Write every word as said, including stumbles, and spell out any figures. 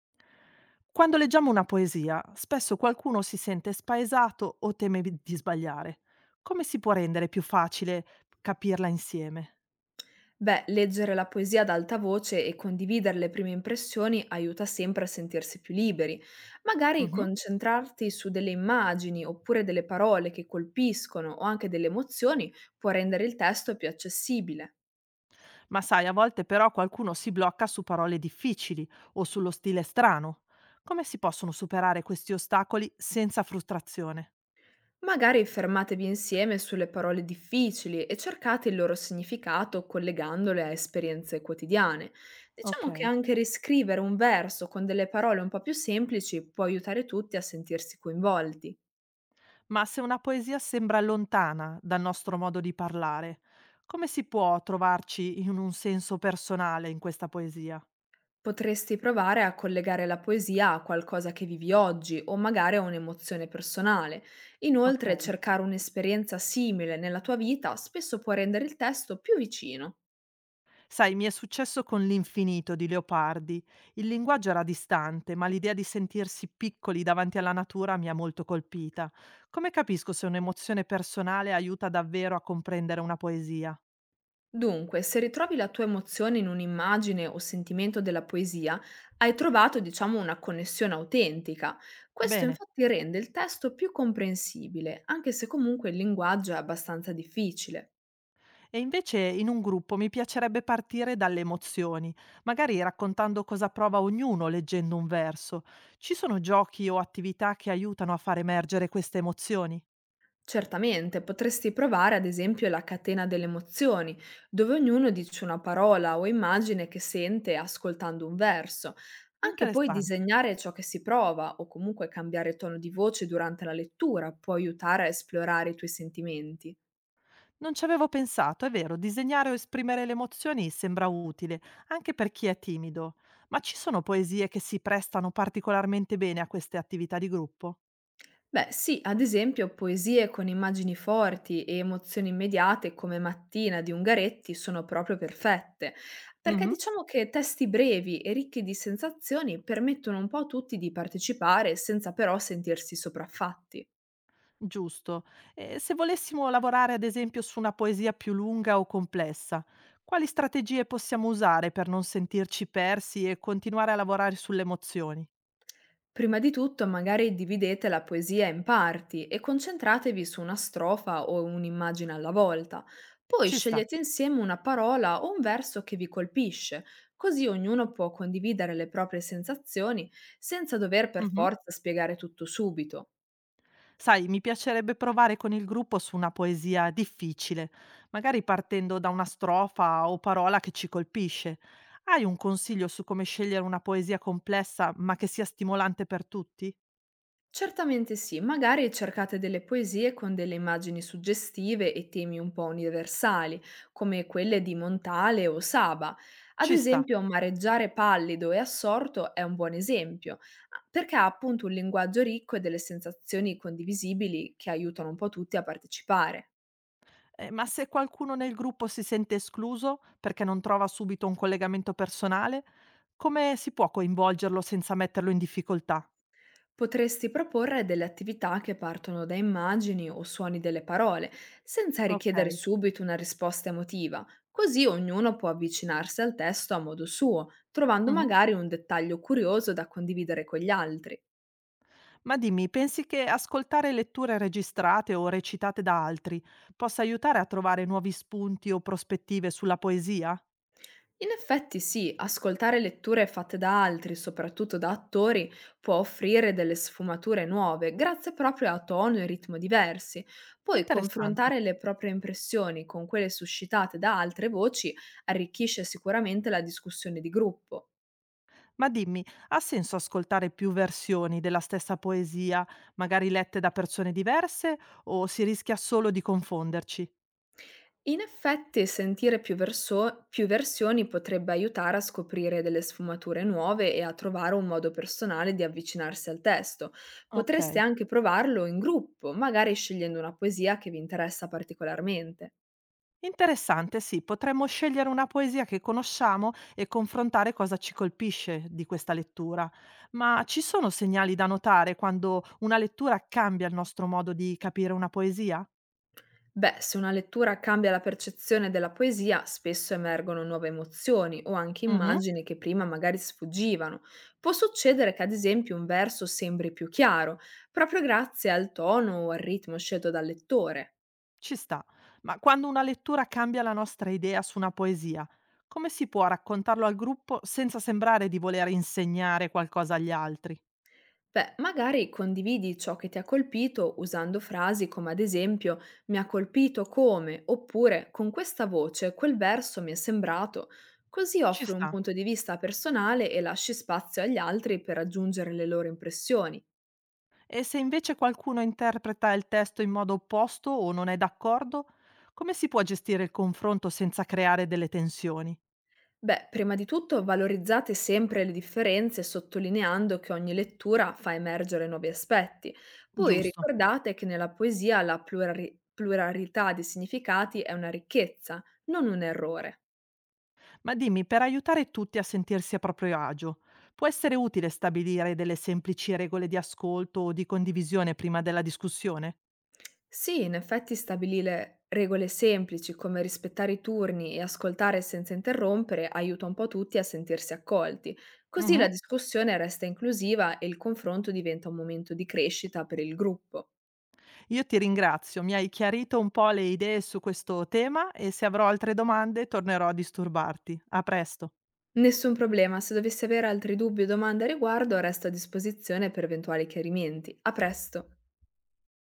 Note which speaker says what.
Speaker 1: Quando leggiamo una poesia, spesso qualcuno si sente spaesato o teme di di sbagliare. Come si può rendere più facile capirla insieme?
Speaker 2: Beh, leggere la poesia ad alta voce e condividere le prime impressioni aiuta sempre a sentirsi più liberi. Magari
Speaker 1: Mhm.
Speaker 2: concentrarti su delle immagini oppure delle parole che colpiscono o anche delle emozioni può rendere il testo più accessibile.
Speaker 1: Ma sai, a volte però qualcuno si blocca su parole difficili o sullo stile strano. Come si possono superare questi ostacoli senza frustrazione?
Speaker 2: Magari fermatevi insieme sulle parole difficili e cercate il loro significato collegandole a esperienze quotidiane.
Speaker 1: Ok,
Speaker 2: Diciamo che anche riscrivere un verso con delle parole un po' più semplici può aiutare tutti a sentirsi coinvolti.
Speaker 1: ma se una poesia sembra lontana dal nostro modo di parlare, come si può trovarci in un senso personale in questa poesia?
Speaker 2: Potresti provare a collegare la poesia a qualcosa che vivi oggi o magari a un'emozione personale.
Speaker 1: Ok.
Speaker 2: Inoltre, cercare un'esperienza simile nella tua vita spesso può rendere il testo più vicino.
Speaker 1: Sai, mi è successo con L'infinito di Leopardi. Il linguaggio era distante, ma l'idea di sentirsi piccoli davanti alla natura mi ha molto colpita. Come capisco se un'emozione personale aiuta davvero a comprendere una poesia?
Speaker 2: Dunque, se ritrovi la tua emozione in un'immagine o sentimento della poesia, hai trovato, diciamo, una connessione autentica. Questo
Speaker 1: Bene.
Speaker 2: infatti rende il testo più comprensibile, anche se comunque il linguaggio è abbastanza difficile.
Speaker 1: E invece in un gruppo mi piacerebbe partire dalle emozioni, magari raccontando cosa prova ognuno leggendo un verso. Ci sono giochi o attività che aiutano a far emergere queste emozioni?
Speaker 2: Certamente, potresti provare ad esempio la catena delle emozioni, dove ognuno dice una parola o immagine che sente ascoltando un verso. Anche poi
Speaker 1: Interessante.
Speaker 2: disegnare ciò che si prova o comunque cambiare tono di voce durante la lettura può aiutare a esplorare i tuoi sentimenti.
Speaker 1: Non ci avevo pensato, è vero, disegnare o esprimere le emozioni sembra utile, anche per chi è timido, ma ci sono poesie che si prestano particolarmente bene a queste attività di gruppo?
Speaker 2: Beh, sì, ad esempio poesie con immagini forti e emozioni immediate come Mattina di Ungaretti sono proprio perfette, perché
Speaker 1: Mhm.
Speaker 2: diciamo che testi brevi e ricchi di sensazioni permettono un po' a tutti di partecipare senza però sentirsi sopraffatti.
Speaker 1: Giusto. E se volessimo lavorare, ad esempio, su una poesia più lunga o complessa, quali strategie possiamo usare per non sentirci persi e continuare a lavorare sulle emozioni?
Speaker 2: Prima di tutto, magari dividete la poesia in parti e concentratevi su una strofa o un'immagine alla volta. Poi
Speaker 1: Ci sta.
Speaker 2: scegliete insieme una parola o un verso che vi colpisce, così ognuno può condividere le proprie sensazioni senza dover per
Speaker 1: Mhm.
Speaker 2: forza spiegare tutto subito.
Speaker 1: Sai, mi piacerebbe provare con il gruppo su una poesia difficile, magari partendo da una strofa o parola che ci colpisce. Hai un consiglio su come scegliere una poesia complessa ma che sia stimolante per tutti?
Speaker 2: Certamente sì, magari cercate delle poesie con delle immagini suggestive e temi un po' universali, come quelle di Montale o Saba. Ad
Speaker 1: Ci sta.
Speaker 2: esempio, mareggiare pallido e assorto è un buon esempio, perché ha appunto un linguaggio ricco e delle sensazioni condivisibili che aiutano un po' tutti a partecipare.
Speaker 1: Eh, ma se qualcuno nel gruppo si sente escluso perché non trova subito un collegamento personale, come si può coinvolgerlo senza metterlo in difficoltà?
Speaker 2: Potresti proporre delle attività che partono da immagini o suoni delle parole, senza richiedere
Speaker 1: Ok.
Speaker 2: subito una risposta emotiva, così ognuno può avvicinarsi al testo a modo suo, trovando
Speaker 1: Mhm.
Speaker 2: magari un dettaglio curioso da condividere con gli altri.
Speaker 1: Ma dimmi, pensi che ascoltare letture registrate o recitate da altri possa aiutare a trovare nuovi spunti o prospettive sulla poesia?
Speaker 2: In effetti sì, ascoltare letture fatte da altri, soprattutto da attori, può offrire delle sfumature nuove, grazie proprio a tono e ritmo diversi. Poi
Speaker 1: Interessante.
Speaker 2: confrontare le proprie impressioni con quelle suscitate da altre voci arricchisce sicuramente la discussione di gruppo.
Speaker 1: Ma dimmi, ha senso ascoltare più versioni della stessa poesia, magari lette da persone diverse, o si rischia solo di confonderci?
Speaker 2: In effetti, sentire più verso- più versioni potrebbe aiutare a scoprire delle sfumature nuove e a trovare un modo personale di avvicinarsi al testo.
Speaker 1: Ok.
Speaker 2: Potreste anche provarlo in gruppo, magari scegliendo una poesia che vi interessa particolarmente.
Speaker 1: Interessante, sì, potremmo scegliere una poesia che conosciamo e confrontare cosa ci colpisce di questa lettura. Ma ci sono segnali da notare quando una lettura cambia il nostro modo di capire una poesia?
Speaker 2: Beh, se una lettura cambia la percezione della poesia, spesso emergono nuove emozioni o anche
Speaker 1: Mhm,
Speaker 2: immagini che prima magari sfuggivano. Può succedere che ad esempio un verso sembri più chiaro, proprio grazie al tono o al ritmo scelto dal lettore.
Speaker 1: ci sta. Ma quando una lettura cambia la nostra idea su una poesia, come si può raccontarlo al gruppo senza sembrare di voler insegnare qualcosa agli altri?
Speaker 2: Beh, magari condividi ciò che ti ha colpito usando frasi come ad esempio mi ha colpito come oppure con questa voce quel verso mi è sembrato. Così
Speaker 1: Ci
Speaker 2: offri un
Speaker 1: sta.
Speaker 2: punto di vista personale e lasci spazio agli altri per aggiungere le loro impressioni.
Speaker 1: E se invece qualcuno interpreta il testo in modo opposto o non è d'accordo, come si può gestire il confronto senza creare delle tensioni?
Speaker 2: Beh, prima di tutto valorizzate sempre le differenze sottolineando che ogni lettura fa emergere nuovi aspetti. Poi
Speaker 1: Giusto.
Speaker 2: ricordate che nella poesia la plurari- pluralità di significati è una ricchezza, non un errore.
Speaker 1: Ma dimmi, per aiutare tutti a sentirsi a proprio agio, può essere utile stabilire delle semplici regole di ascolto o di condivisione prima della discussione?
Speaker 2: Sì, in effetti stabilire regole semplici come rispettare i turni e ascoltare senza interrompere aiuta un po' tutti a sentirsi accolti. Così
Speaker 1: Mhm.
Speaker 2: la discussione resta inclusiva e il confronto diventa un momento di crescita per il gruppo.
Speaker 1: Io ti ringrazio, mi hai chiarito un po' le idee su questo tema e se avrò altre domande tornerò a disturbarti. A presto.
Speaker 2: Nessun problema, se dovessi avere altri dubbi o domande a riguardo, resto a disposizione per eventuali chiarimenti. A presto!